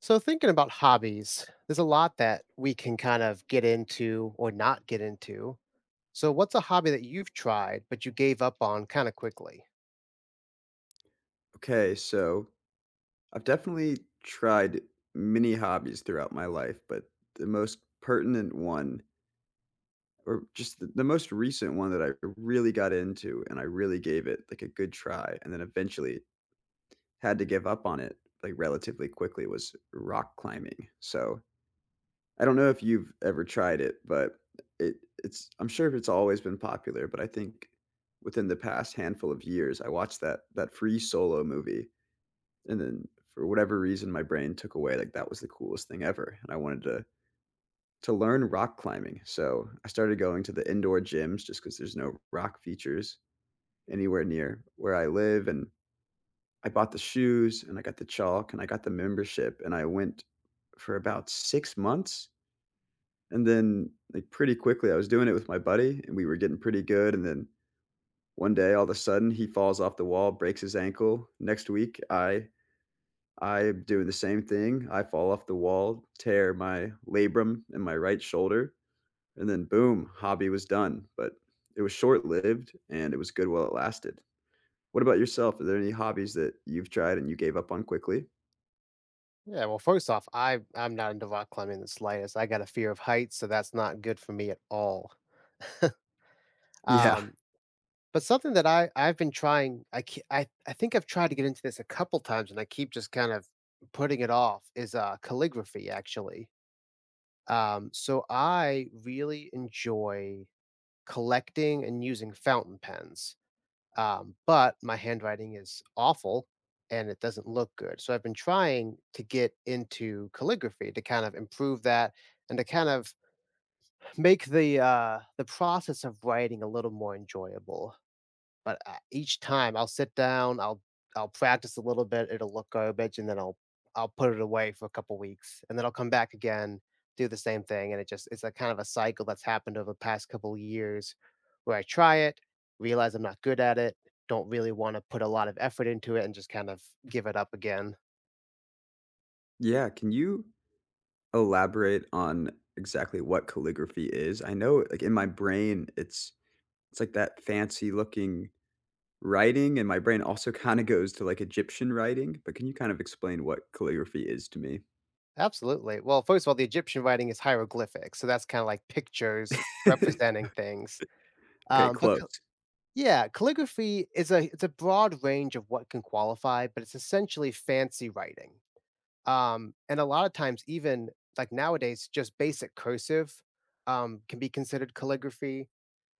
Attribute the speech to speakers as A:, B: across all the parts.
A: So, thinking about hobbies, there's a lot that we can kind of get into or not get into. So, what's a hobby that you've tried but you gave up on kind of quickly?
B: Okay, so I've definitely tried many hobbies throughout my life, but the most pertinent one, or just the most recent one that I really got into and I really gave it like a good try, and then eventually had to give up on it like relatively quickly was rock climbing. So I don't know if you've ever tried it, but it it's I'm sure it's always been popular, but I think within the past handful of years, I watched that free solo movie. And then for whatever reason, my brain took away, like, that was the coolest thing ever, and I wanted to learn rock climbing, so I started going to the indoor gyms just because there's no rock features anywhere near where I live, and I bought the shoes, and I got the chalk, and I got the membership, and I went for about 6 months, and then, like, pretty quickly, I was doing it with my buddy, and we were getting pretty good, and then one day, all of a sudden, he falls off the wall, breaks his ankle. Next week, I do the same thing. I fall off the wall, tear my labrum in my right shoulder, and then boom, hobby was done. But it was short lived and it was good while it lasted. What about yourself? Are there any hobbies that you've tried and you gave up on quickly?
A: Yeah, well, first off, I'm not into rock climbing in the slightest. I got a fear of heights, so that's not good for me at all.
B: Yeah.
A: um, but something that I've been trying, I think I've tried to get into this a couple times, and I keep just kind of putting it off. Is calligraphy actually? So I really enjoy collecting and using fountain pens, but my handwriting is awful and it doesn't look good. So I've been trying to get into calligraphy to kind of improve that and to kind of make the process of writing a little more enjoyable. But, each time I'll sit down, I'll practice a little bit, it'll look garbage, and then I'll put it away for a couple weeks, and then I'll come back again, do the same thing, and it's a kind of a cycle that's happened over the past couple years where I try it, realize I'm not good at it, don't really wanna put a lot of effort into it, and just kind of give it up again.
B: Yeah. Can you elaborate on exactly what calligraphy is? I know like in my brain it's like that fancy looking writing and my brain also kind of goes to like Egyptian writing, but can you kind of explain what calligraphy is to me?
A: Absolutely. Well, first of all, the Egyptian writing is hieroglyphic, so that's kinda like pictures representing things,
B: Okay,
A: becau
B: close.
A: Yeah, calligraphy is a broad range of what can qualify, but it's essentially fancy writing. And a lot of times, even like nowadays, just basic cursive can be considered calligraphy.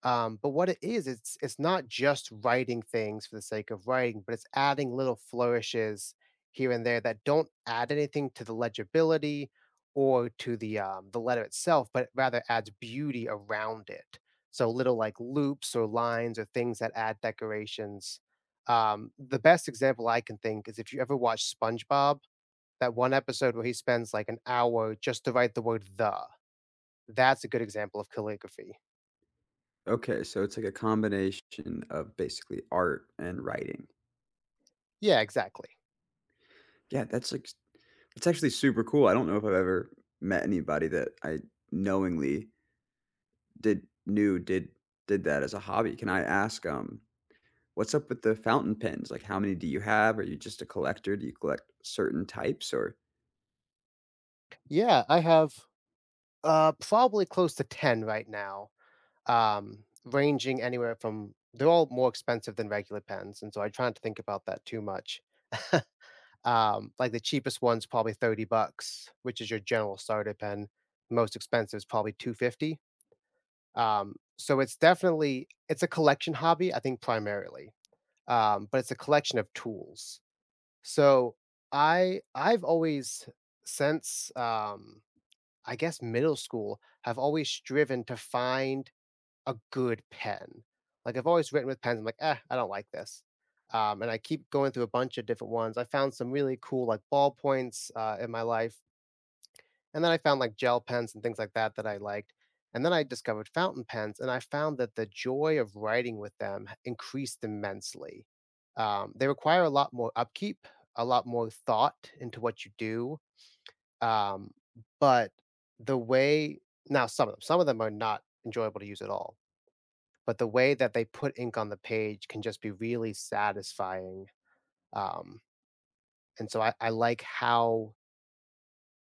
A: But what it is, it's not just writing things for the sake of writing, but it's adding little flourishes here and there that don't add anything to the legibility or to the letter itself, but rather adds beauty around it. So little like loops or lines or things that add decorations. The best example I can think is if you ever watch SpongeBob, that one episode where he spends like an hour just to write the word the. That's a good example of calligraphy.
B: Okay, so it's like a combination of basically art and writing.
A: Yeah, exactly.
B: Yeah, that's like it's actually super cool. I don't know if I've ever met anybody that I knowingly did knew did that as a hobby. Can I ask what's up with the fountain pens? Like how many do you have? Are you just a collector? Do you collect certain types or…
A: Yeah, I have, probably close to 10 right now, ranging anywhere from they're all more expensive than regular pens, and so I try not to think about that too much. Like, the cheapest one's probably 30 bucks, which is your general starter pen. Most expensive is probably 250. So it's definitely it's a collection hobby, I think, primarily, but it's a collection of tools. So I've always since, I guess, middle school have always striven to find a good pen. Like, I've always written with pens, I'm like, "Eh, I don't like this." And I keep going through a bunch of different ones. I found some really cool, like, ballpoints, in my life, and then I found, like, gel pens and things like that that I liked, and then I discovered fountain pens, and I found that the joy of writing with them h increased immensely. They require a lot more upkeep, a lot more thought into what you do, um, but the way now some of them are not enjoyable to use at all, but the way that they put ink on the page can just be really satisfying, um, and so I like how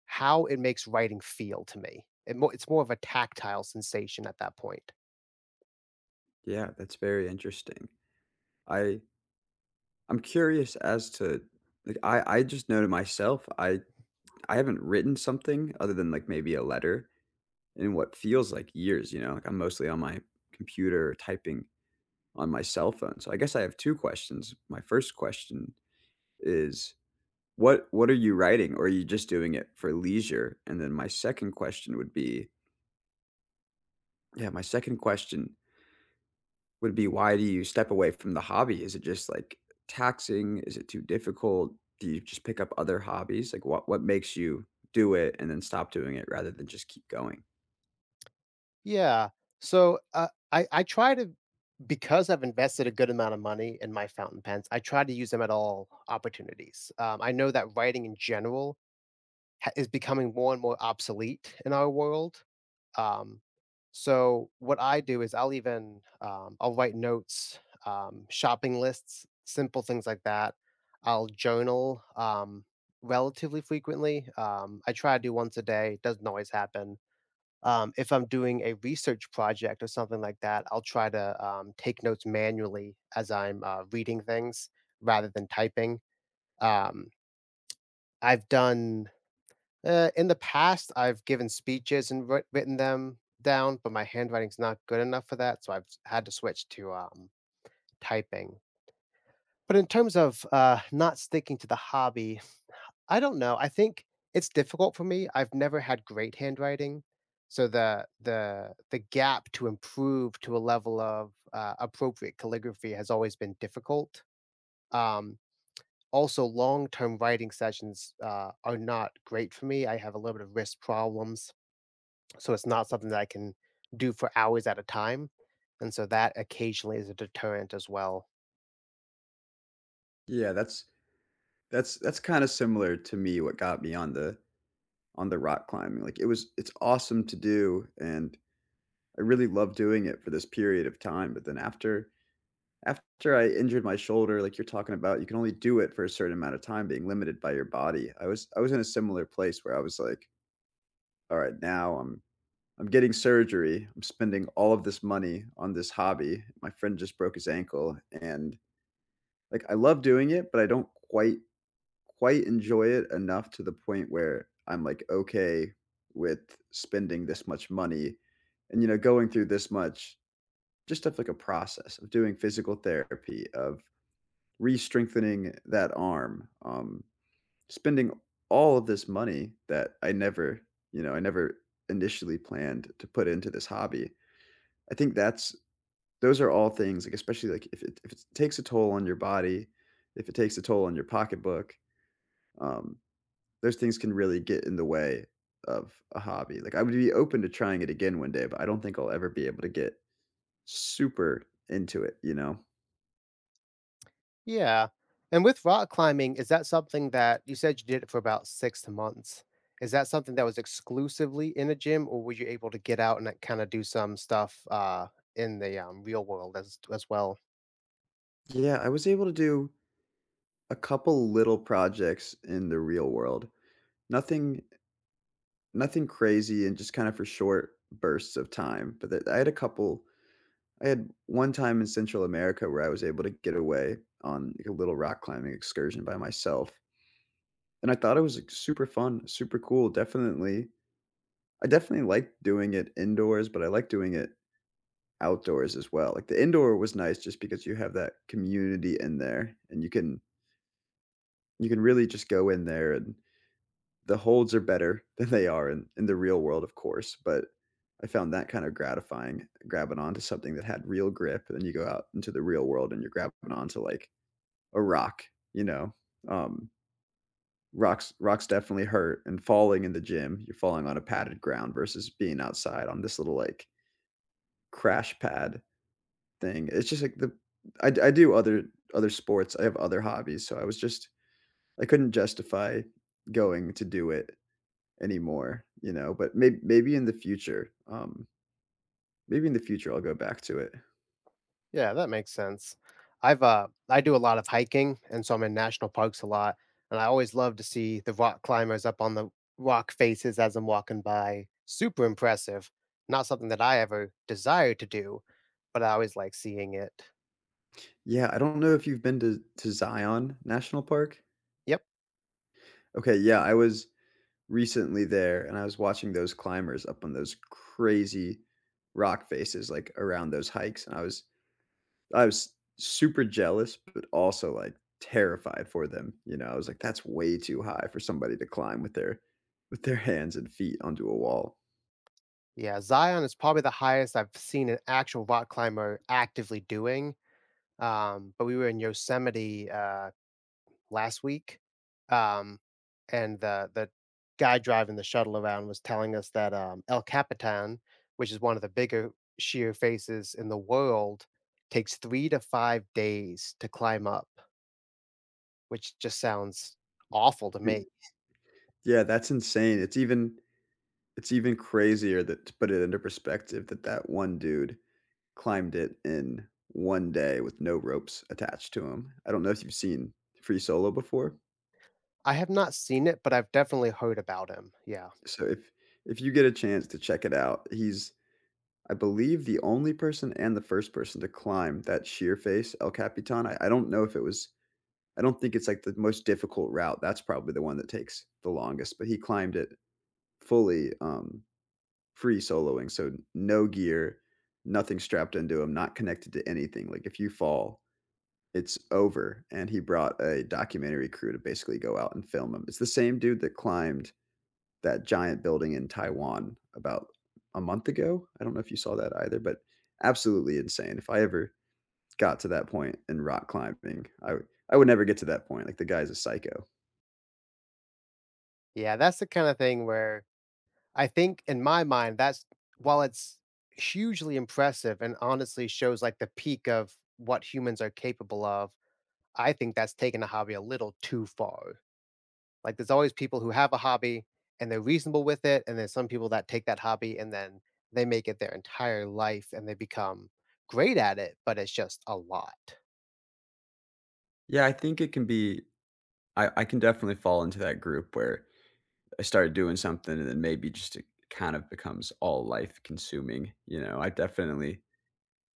A: how it makes writing feel to me. It's more of a tactile sensation at that point.
B: Yeah, that's very interesting. I I'm curious as to like I just know to myself I haven't written something other than like maybe a letter in what feels like years, you know? Like, I'm mostly on my computer typing on my cell phone. So I guess I have 2 questions. My first question is, what are you writing, or are you just doing it for leisure? And then my second question would be yeah, my second question would be why do you step away from the hobby? Is it just, like, taxing? Is it too difficult? Do you just pick up other hobbies? Like, what makes you do it and then stop doing it rather than just keep going?
A: Yeah. So, I try to because I've invested a good amount of money in my fountain pens, I try to use them at all opportunities. I know that writing in general ha is becoming more and more obsolete in our world. Um, so what I do is I'll even, I'll write notes, shopping lists, simple things like that. I'll journal, relatively frequently. I try to do once a day, it doesn't always happen. If I'm doing a research project or something like that, I'll try to, take notes manually as I'm, reading things rather than typing. Um, I've done in the past, I've given speeches and written them down, but my handwriting's not good enough for that, so I've s had to switch to, typing. But in terms of, not sticking to the hobby, I don't know, I think it's difficult for me, I've never had great handwriting, so the gap to improve to a level of, appropriate calligraphy has always been difficult. Um, Also, long-term writing sessions, are not great for me, I have a little bit of wrist problems. So it's not something that I can do for hours at a time, and so that occasionally is a deterrent as well.
B: Yeah, that's that's kinda similar to me what got me on the rock climbing, like, it was it's awesome to do, and I really love doing it for this period of time, but then after I injured my shoulder, like you're talking about, you can only do it for a certain amount of time being limited by your body. I was in a similar place where I was like, "Alright, now I'm getting surgery, I'm spending all of this money on this hobby." My friend just broke his ankle, and, like, I love doing it, but I don't quite enjoy it enough to the point where I'm, like, okay with spending this much money and, you know, going through this much just of, like, a process of doing physical therapy, of re-strengthening that arm, spending all of this money that I never I never initially planned to put into this hobby. I think that's those are all things, like, especially, like, if it takes a toll on your body, if it takes a toll on your pocketbook, um, those things can really get in the way of a hobby. Like, I would be open to trying it again one day, but I don't think I'll ever be able to get super into it, you know?
A: Yeah. And with rock climbing, is that something that you said you did it for about 6 months. Is that something that was exclusively in a gym, or were you able to get out and, like, kinda do some stuff, in the, real world as well?
B: Yeah, I was able to do a couple little projects in the real world. Nothing nothing crazy and just kind of for short bursts of time, but that I had a couple I had one time in Central America where I was able to get away on like a little rock climbing excursion by myself. And I thought it was like super fun, super cool. Definitely I definitely like doing it indoors, but I like doing it outdoors as well. Like the indoor was nice just because you have that community in there and you can really just go in there and the holds are better than they are in the real world, of course. But I found that kind of gratifying, grabbing onto something that had real grip. And you go out into the real world and you're grabbing onto like a rock, you know. Um rocks definitely hurt and falling in the gym, you're falling on a padded ground versus being outside on this little like crash pad thing. It's just like the I do other sports. I have other hobbies, so I was just I couldn't justify going to do it anymore, you know. But maybe in the future, maybe in the future I'll go back to it.
A: Yeah, that makes sense. I've I do a lot of hiking and so I'm in national parks a lot and I always love to see the rock climbers up on the rock faces as I'm walking by. Super impressive. Not something that I ever desired to do, but I always like seeing it.
B: Yeah, I don't know if you've been to Zion National Park.
A: Yep.
B: Okay, yeah, I was recently there, and I was watching those climbers up on those crazy rock faces, like around those hikes, and I was super jealous, but also, like, terrified for them, you know, I was like, "That's way too high for somebody to climb with their hands and feet onto a wall."
A: Yeah, Zion is probably the highest I've seen an actual rock climber actively doing. But we were in Yosemite last week, um, and the guy driving the shuttle around was telling us that, El Capitan, which is one of the bigger sheer faces in the world, takes 3 to 5 days to climb up, which just sounds awful to
B: Mm.
A: me.
B: Yeah, that's insane. It's even crazier that to put it into perspective that that one dude climbed it in 1 day with no ropes attached to him. I don't know if you've seen Free Solo before.
A: I have not seen it, but I've definitely heard about him, yeah.
B: So if you get a chance to check it out, he's I believe the only person and the first person to climb that sheer face, El Capitan. I don't know if it was, I don't think it's like the most difficult route. That's probably the one that takes the longest, but he climbed it fully free soloing. So no gear, nothing strapped into him, not connected to anything. Like if you fall, it's over. And he brought a documentary crew to basically go out and film him. It's the same dude that climbed that giant building in Taiwan about a month ago. I don't know if you saw that either, but absolutely insane. If I ever got to that point in rock climbing, I would never get to that point. Like the guy's a psycho.
A: Yeah, that's the kinda thing where I think in my mind, that's while it's hugely impressive and honestly shows, like, the peak of what humans are capable of, I think that's taking a hobby a little too far. Like, there's always people who have a hobby and they're reasonable with it, and there's some people that take that hobby and then they make it their entire life and they become great at it, but it's just a lot.
B: Yeah, I think it can be. I can definitely fall into that group where I started doing something and then maybe just it kind of becomes all life consuming. You know, I've definitely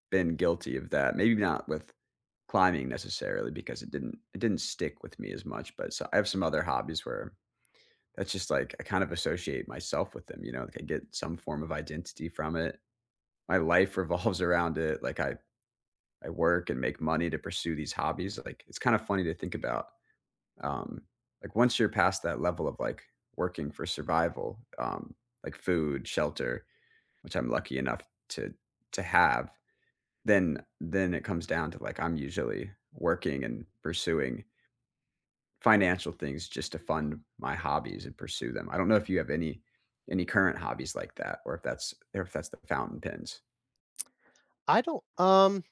B: been guilty of that. Maybe not with climbing necessarily because it didn't stick with me as much. But so I have some other hobbies where that's just like I kind of associate myself with them, you know, like I get some form of identity from it. My life revolves around it. Like I work and make money to pursue these hobbies. Like it's kind of funny to think about. Um, like once you're past that level of like working for survival, like food, shelter, which I'm lucky enough to to have, then it comes down to like I'm usually working and pursuing financial things just to fund my hobbies and pursue them. I don't know if you have any current hobbies like that or if that's the fountain pens.
A: I don't um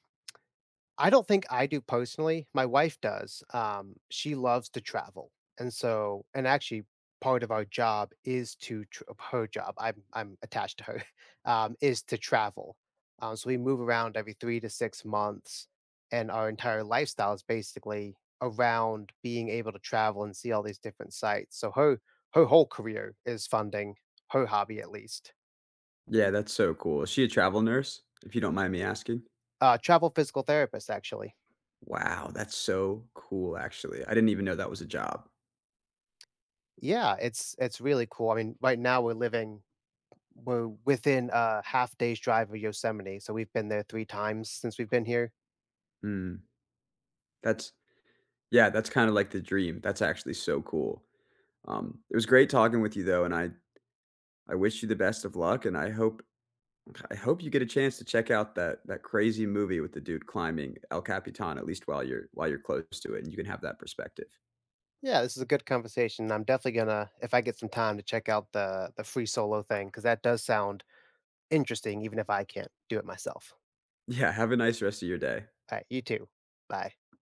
A: I don't think I do personally. My wife does. She loves to travel, and so and actually, part of our job is to her job. I'm attached to her. Is to travel. So we move around every 3 to 6 months, and our entire lifestyle is basically around being able to travel and see all these different sites. So her whole career is funding her hobby, at least.
B: Yeah, that's so cool. Is she a travel nurse? If you don't mind me asking.
A: Travel physical therapist, actually.
B: Wow, that's so cool actually. I didn't even know that was a job.
A: Yeah, it's really cool. I mean, right now we're living we're within a half day's drive of Yosemite, so we've been there 3 times since we've been here.
B: Mm, that's yeah, that's kind of like the dream. That's actually so cool. It was great talking with you though, and I wish you the best of luck, and I hope you get a chance to check out that crazy movie with the dude climbing El Capitan, at least while you're close to it, and you can have that perspective.
A: Yeah, this is a good conversation. I'm definitely gonna, if I get some time, to check out the free solo thing because that does sound interesting even if I can't do it myself.
B: Yeah, have a nice rest of your day.
A: Alright, you too. Bye.